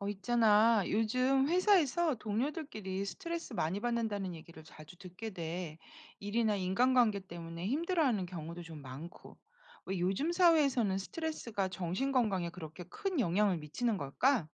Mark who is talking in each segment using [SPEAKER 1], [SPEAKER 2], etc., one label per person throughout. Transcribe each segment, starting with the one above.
[SPEAKER 1] 있잖아. 요즘 회사에서 동료들끼리 스트레스 많이 받는다는 얘기를 자주 듣게 돼. 일이나 인간관계 때문에 힘들어하는 경우도 좀 많고. 왜 요즘 사회에서는 스트레스가 정신건강에 그렇게 큰 영향을 미치는 걸까?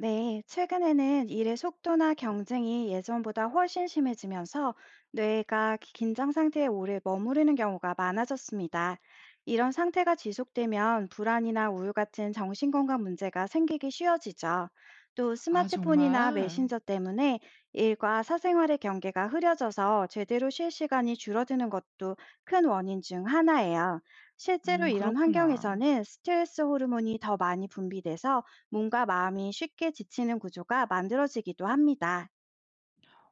[SPEAKER 2] 네, 최근에는 일의 속도나 경쟁이 예전보다 훨씬 심해지면서 뇌가 긴장 상태에 오래 머무르는 경우가 많아졌습니다. 이런 상태가 지속되면 불안이나 우울 같은 정신건강 문제가 생기기 쉬워지죠. 또
[SPEAKER 1] 아,
[SPEAKER 2] 스마트폰이나
[SPEAKER 1] 정말?
[SPEAKER 2] 메신저 때문에 일과 사생활의 경계가 흐려져서 제대로 쉴 시간이 줄어드는 것도 큰 원인 중 하나예요. 실제로 이런
[SPEAKER 1] 그렇구나.
[SPEAKER 2] 환경에서는 스트레스 호르몬이 더 많이 분비돼서 몸과 마음이 쉽게 지치는 구조가 만들어지기도 합니다.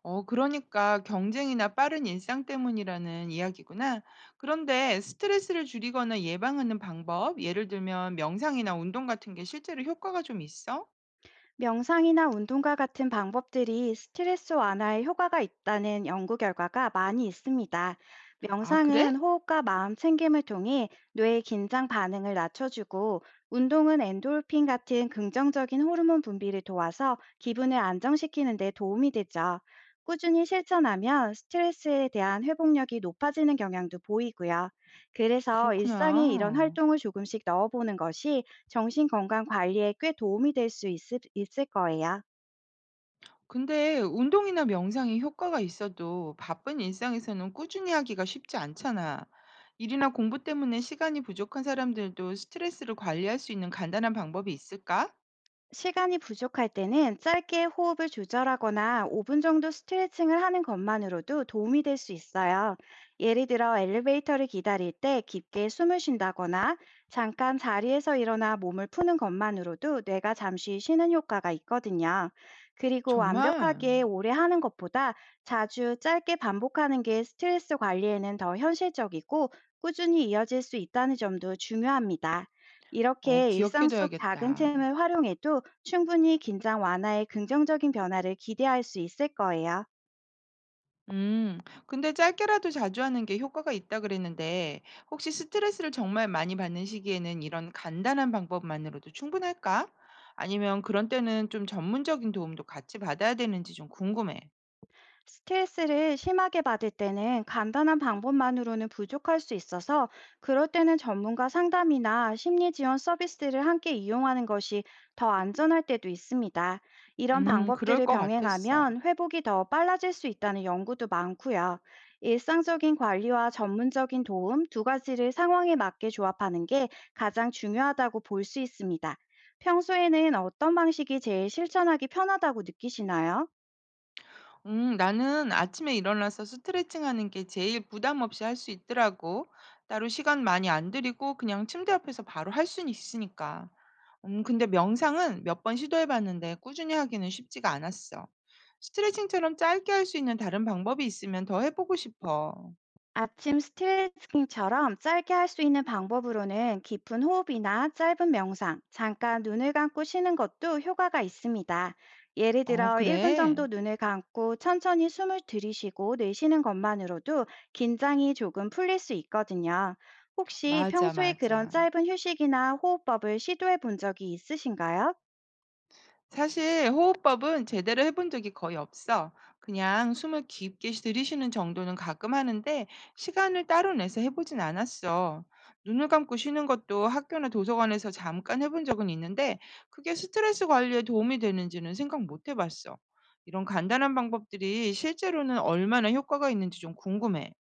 [SPEAKER 1] 그러니까 경쟁이나 빠른 일상 때문이라는 이야기구나. 그런데 스트레스를 줄이거나 예방하는 방법, 예를 들면 명상이나 운동 같은 게 실제로 효과가 좀 있어?
[SPEAKER 2] 명상이나 운동과 같은 방법들이 스트레스 완화에 효과가 있다는 연구 결과가 많이 있습니다.
[SPEAKER 1] 아, 그래?
[SPEAKER 2] 명상은 호흡과 마음 챙김을 통해 뇌의 긴장 반응을 낮춰주고, 운동은 엔도르핀 같은 긍정적인 호르몬 분비를 도와서 기분을 안정시키는 데 도움이 되죠. 꾸준히 실천하면 스트레스에 대한 회복력이 높아지는 경향도 보이고요. 그래서
[SPEAKER 1] 그렇구나.
[SPEAKER 2] 일상에 이런 활동을 조금씩 넣어보는 것이 정신 건강 관리에 꽤 도움이 될 수 있을 거예요.
[SPEAKER 1] 근데 운동이나 명상이 효과가 있어도 바쁜 일상에서는 꾸준히 하기가 쉽지 않잖아. 일이나 공부 때문에 시간이 부족한 사람들도 스트레스를 관리할 수 있는 간단한 방법이 있을까?
[SPEAKER 2] 시간이 부족할 때는 짧게 호흡을 조절하거나 5분 정도 스트레칭을 하는 것만으로도 도움이 될 수 있어요. 예를 들어 엘리베이터를 기다릴 때 깊게 숨을 쉰다거나 잠깐 자리에서 일어나 몸을 푸는 것만으로도 뇌가 잠시 쉬는 효과가 있거든요. 그리고
[SPEAKER 1] 정말?
[SPEAKER 2] 완벽하게 오래 하는 것보다 자주 짧게 반복하는 게 스트레스 관리에는 더 현실적이고 꾸준히 이어질 수 있다는 점도 중요합니다. 이렇게 일상 속 작은
[SPEAKER 1] 기억해둬야겠다.
[SPEAKER 2] 틈을 활용해도 충분히 긴장 완화에 긍정적인 변화를 기대할 수 있을 거예요.
[SPEAKER 1] 음, 근데 짧게라도 자주 하는 게 효과가 있다 그랬는데, 혹시 스트레스를 정말 많이 받는 시기에는 이런 간단한 방법만으로도 충분할까? 아니면 그런 때는 좀 전문적인 도움도 같이 받아야 되는지 좀 궁금해.
[SPEAKER 2] 스트레스를 심하게 받을 때는 간단한 방법만으로는 부족할 수 있어서 그럴 때는 전문가 상담이나 심리 지원 서비스를 함께 이용하는 것이 더 안전할 때도 있습니다. 이런
[SPEAKER 1] 음, 그럴
[SPEAKER 2] 방법들을
[SPEAKER 1] 것 같았어.
[SPEAKER 2] 병행하면 회복이 더 빨라질 수 있다는 연구도 많고요. 일상적인 관리와 전문적인 도움 두 가지를 상황에 맞게 조합하는 게 가장 중요하다고 볼 수 있습니다. 평소에는 어떤 방식이 제일 실천하기 편하다고 느끼시나요?
[SPEAKER 1] 음, 나는 아침에 일어나서 스트레칭하는 게 제일 부담 없이 할 수 있더라고. 따로 시간 많이 안 들이고 그냥 침대 앞에서 바로 할 수는 있으니까. 음, 근데 명상은 몇 번 시도해 봤는데 꾸준히 하기는 쉽지가 않았어. 스트레칭처럼 짧게 할 수 있는 다른 방법이 있으면 더 해 보고 싶어.
[SPEAKER 2] 아침 스트레칭처럼 짧게 할 수 있는 방법으로는 깊은 호흡이나 짧은 명상, 잠깐 눈을 감고 쉬는 것도 효과가 있습니다. 예를
[SPEAKER 1] 어,
[SPEAKER 2] 들어 1분
[SPEAKER 1] 그래?
[SPEAKER 2] 정도 눈을 감고 천천히 숨을 들이쉬고 내쉬는 것만으로도 긴장이 조금 풀릴 수 있거든요. 혹시
[SPEAKER 1] 맞아,
[SPEAKER 2] 평소에 그런
[SPEAKER 1] 맞아.
[SPEAKER 2] 짧은 휴식이나 호흡법을 시도해 본 적이 있으신가요?
[SPEAKER 1] 사실 호흡법은 제대로 해본 적이 거의 없어. 그냥 숨을 깊게 들이쉬는 정도는 가끔 하는데 시간을 따로 내서 해보진 않았어. 눈을 감고 쉬는 것도 학교나 도서관에서 잠깐 해본 적은 있는데 그게 스트레스 관리에 도움이 되는지는 생각 못 해봤어. 이런 간단한 방법들이 실제로는 얼마나 효과가 있는지 좀 궁금해.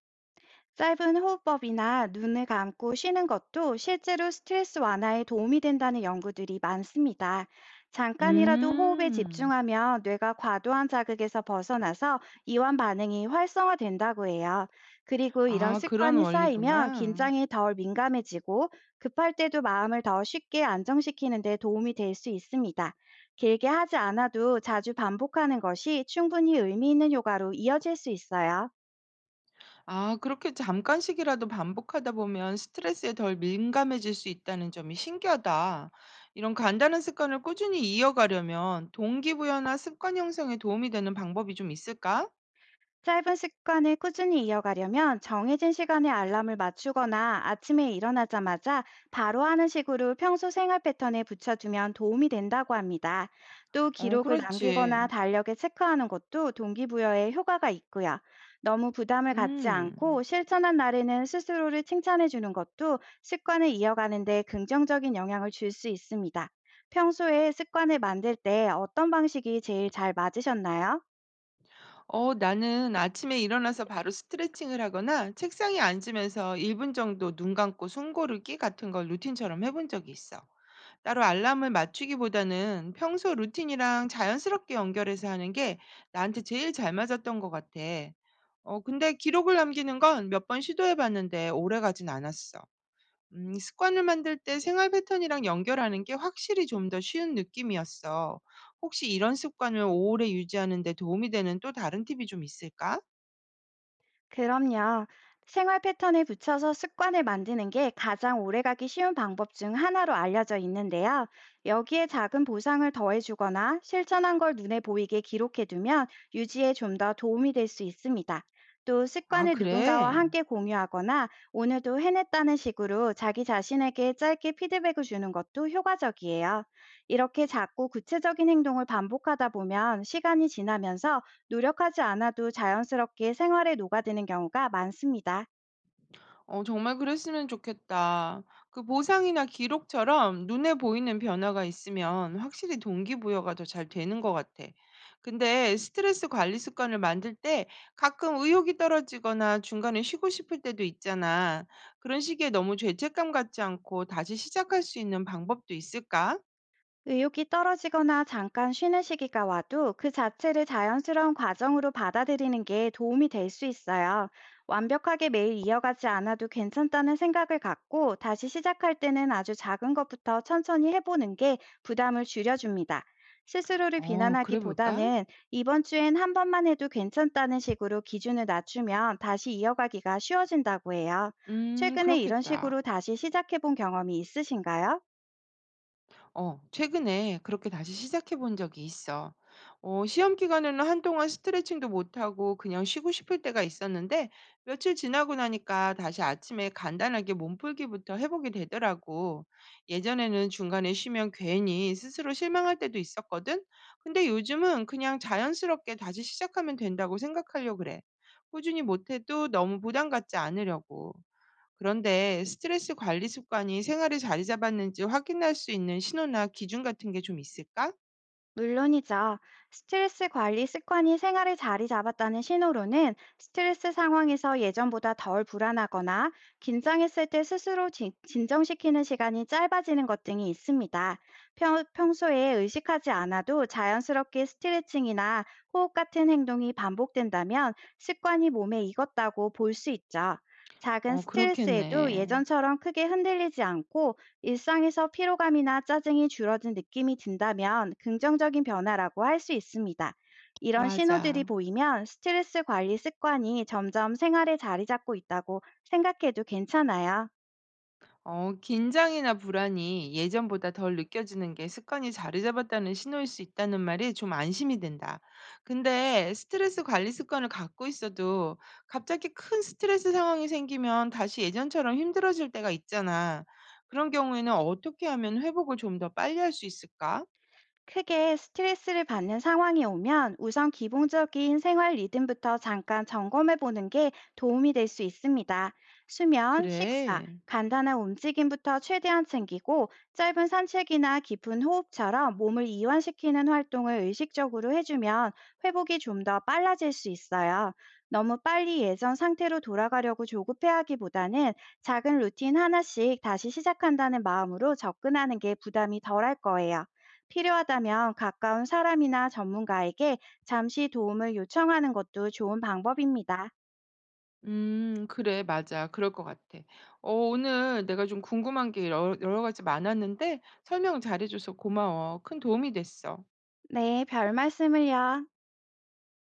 [SPEAKER 2] 짧은 호흡법이나 눈을 감고 쉬는 것도 실제로 스트레스 완화에 도움이 된다는 연구들이 많습니다. 잠깐이라도 호흡에
[SPEAKER 1] 음.
[SPEAKER 2] 집중하면 뇌가 과도한 자극에서 벗어나서 이완 반응이 활성화된다고 해요. 그리고 이런
[SPEAKER 1] 아, 그런
[SPEAKER 2] 습관이 쌓이면
[SPEAKER 1] 원리구나.
[SPEAKER 2] 긴장이 덜 민감해지고 급할 때도 마음을 더 쉽게 안정시키는 데 도움이 될 수 있습니다. 길게 하지 않아도 자주 반복하는 것이 충분히 의미 있는 효과로 이어질 수 있어요.
[SPEAKER 1] 아, 그렇게 잠깐씩이라도 반복하다 보면 스트레스에 덜 민감해질 수 있다는 점이 신기하다. 이런 간단한 습관을 꾸준히 이어가려면 동기부여나 습관 형성에 도움이 되는 방법이 좀 있을까?
[SPEAKER 2] 짧은 습관을 꾸준히 이어가려면 정해진 시간에 알람을 맞추거나 아침에 일어나자마자 바로 하는 식으로 평소 생활 패턴에 붙여두면 도움이 된다고 합니다. 또
[SPEAKER 1] 어,
[SPEAKER 2] 기록을 남기거나
[SPEAKER 1] 그렇지.
[SPEAKER 2] 달력에 체크하는 것도 동기부여에 효과가 있고요. 너무 부담을 갖지
[SPEAKER 1] 음.
[SPEAKER 2] 않고 실천한 날에는 스스로를 칭찬해 주는 것도 습관을 이어가는 데 긍정적인 영향을 줄 수 있습니다. 평소에 습관을 만들 때 어떤 방식이 제일 잘 맞으셨나요?
[SPEAKER 1] 어, 나는 아침에 일어나서 바로 스트레칭을 하거나 책상에 앉으면서 1분 정도 눈 감고 숨 고르기 같은 걸 루틴처럼 해본 적이 있어. 따로 알람을 맞추기보다는 평소 루틴이랑 자연스럽게 연결해서 하는 게 나한테 제일 잘 맞았던 것 같아. 근데 기록을 남기는 건 몇 번 시도해봤는데 오래 가진 않았어. 습관을 만들 때 생활 패턴이랑 연결하는 게 확실히 좀 더 쉬운 느낌이었어. 혹시 이런 습관을 오래 유지하는 데 도움이 되는 또 다른 팁이 좀 있을까?
[SPEAKER 2] 그럼요. 생활 패턴에 붙여서 습관을 만드는 게 가장 오래가기 쉬운 방법 중 하나로 알려져 있는데요. 여기에 작은 보상을 더해주거나 실천한 걸 눈에 보이게 기록해두면 유지에 좀 더 도움이 될 수 있습니다. 또
[SPEAKER 1] 아,
[SPEAKER 2] 습관을 누군가와
[SPEAKER 1] 그래.
[SPEAKER 2] 함께 공유하거나 오늘도 해냈다는 식으로 자기 자신에게 짧게 피드백을 주는 것도 효과적이에요. 이렇게 작고 구체적인 행동을 반복하다 보면 시간이 지나면서 노력하지 않아도 자연스럽게 생활에 녹아드는 경우가 많습니다.
[SPEAKER 1] 어, 정말 그랬으면 좋겠다. 그 보상이나 기록처럼 눈에 보이는 변화가 있으면 확실히 동기부여가 더 잘 되는 것 같아. 근데 스트레스 관리 습관을 만들 때 가끔 의욕이 떨어지거나 중간에 쉬고 싶을 때도 있잖아. 그런 시기에 너무 죄책감 갖지 않고 다시 시작할 수 있는 방법도 있을까?
[SPEAKER 2] 의욕이 떨어지거나 잠깐 쉬는 시기가 와도 그 자체를 자연스러운 과정으로 받아들이는 게 도움이 될 수 있어요. 완벽하게 매일 이어가지 않아도 괜찮다는 생각을 갖고 다시 시작할 때는 아주 작은 것부터 천천히 해보는 게 부담을 줄여줍니다. 스스로를
[SPEAKER 1] 어, 그래 볼까?
[SPEAKER 2] 비난하기보다는 이번 주엔 한 번만 해도 괜찮다는 식으로 기준을 낮추면 다시 이어가기가 쉬워진다고 해요. 최근에 이런
[SPEAKER 1] 그렇겠다.
[SPEAKER 2] 식으로 다시 시작해본 경험이 있으신가요?
[SPEAKER 1] 어, 최근에 그렇게 다시 시작해 본 적이 있어. 시험 기간에는 한동안 스트레칭도 못하고 그냥 쉬고 싶을 때가 있었는데 며칠 지나고 나니까 다시 아침에 간단하게 몸풀기부터 해보게 되더라고. 예전에는 중간에 쉬면 괜히 스스로 실망할 때도 있었거든. 근데 요즘은 그냥 자연스럽게 다시 시작하면 된다고 생각하려고 그래. 꾸준히 못해도 너무 부담 갖지 않으려고. 그런데 스트레스 관리 습관이 생활에 자리 잡았는지 확인할 수 있는 신호나 기준 같은 게 좀 있을까?
[SPEAKER 2] 물론이죠. 스트레스 관리 습관이 생활에 자리 잡았다는 신호로는 스트레스 상황에서 예전보다 덜 불안하거나 긴장했을 때 스스로 정시키는 시간이 짧아지는 것 등이 있습니다. 평소에 의식하지 않아도 자연스럽게 스트레칭이나 호흡 같은 행동이 반복된다면 습관이 몸에 익었다고 볼 수 있죠. 작은
[SPEAKER 1] 어,
[SPEAKER 2] 스트레스에도
[SPEAKER 1] 그렇겠네.
[SPEAKER 2] 예전처럼 크게 흔들리지 않고 일상에서 피로감이나 짜증이 줄어든 느낌이 든다면 긍정적인 변화라고 할 수 있습니다. 이런 신호들이
[SPEAKER 1] 맞아.
[SPEAKER 2] 보이면 스트레스 관리 습관이 점점 생활에 자리 잡고 있다고 생각해도 괜찮아요.
[SPEAKER 1] 어, 긴장이나 불안이 예전보다 덜 느껴지는 게 습관이 자리 잡았다는 신호일 수 있다는 말이 좀 안심이 된다. 근데 스트레스 관리 습관을 갖고 있어도 갑자기 큰 스트레스 상황이 생기면 다시 예전처럼 힘들어질 때가 있잖아. 그런 경우에는 어떻게 하면 회복을 좀 더 빨리 할 수 있을까?
[SPEAKER 2] 크게 스트레스를 받는 상황이 오면 우선 기본적인 생활 리듬부터 잠깐 점검해 보는 게 도움이 될 수 있습니다. 수면, 식사,
[SPEAKER 1] 그래.
[SPEAKER 2] 간단한 움직임부터 최대한 챙기고 짧은 산책이나 깊은 호흡처럼 몸을 이완시키는 활동을 의식적으로 해주면 회복이 좀 더 빨라질 수 있어요. 너무 빨리 예전 상태로 돌아가려고 조급해하기보다는 작은 루틴 하나씩 다시 시작한다는 마음으로 접근하는 게 부담이 덜할 거예요. 필요하다면 가까운 사람이나 전문가에게 잠시 도움을 요청하는 것도 좋은 방법입니다.
[SPEAKER 1] 음, 그래. 맞아. 그럴 것 같아. 어, 오늘 내가 좀 궁금한 게 여러 가지 많았는데 설명 잘해 줘서 고마워. 큰 도움이 됐어.
[SPEAKER 2] 네, 별 말씀을요.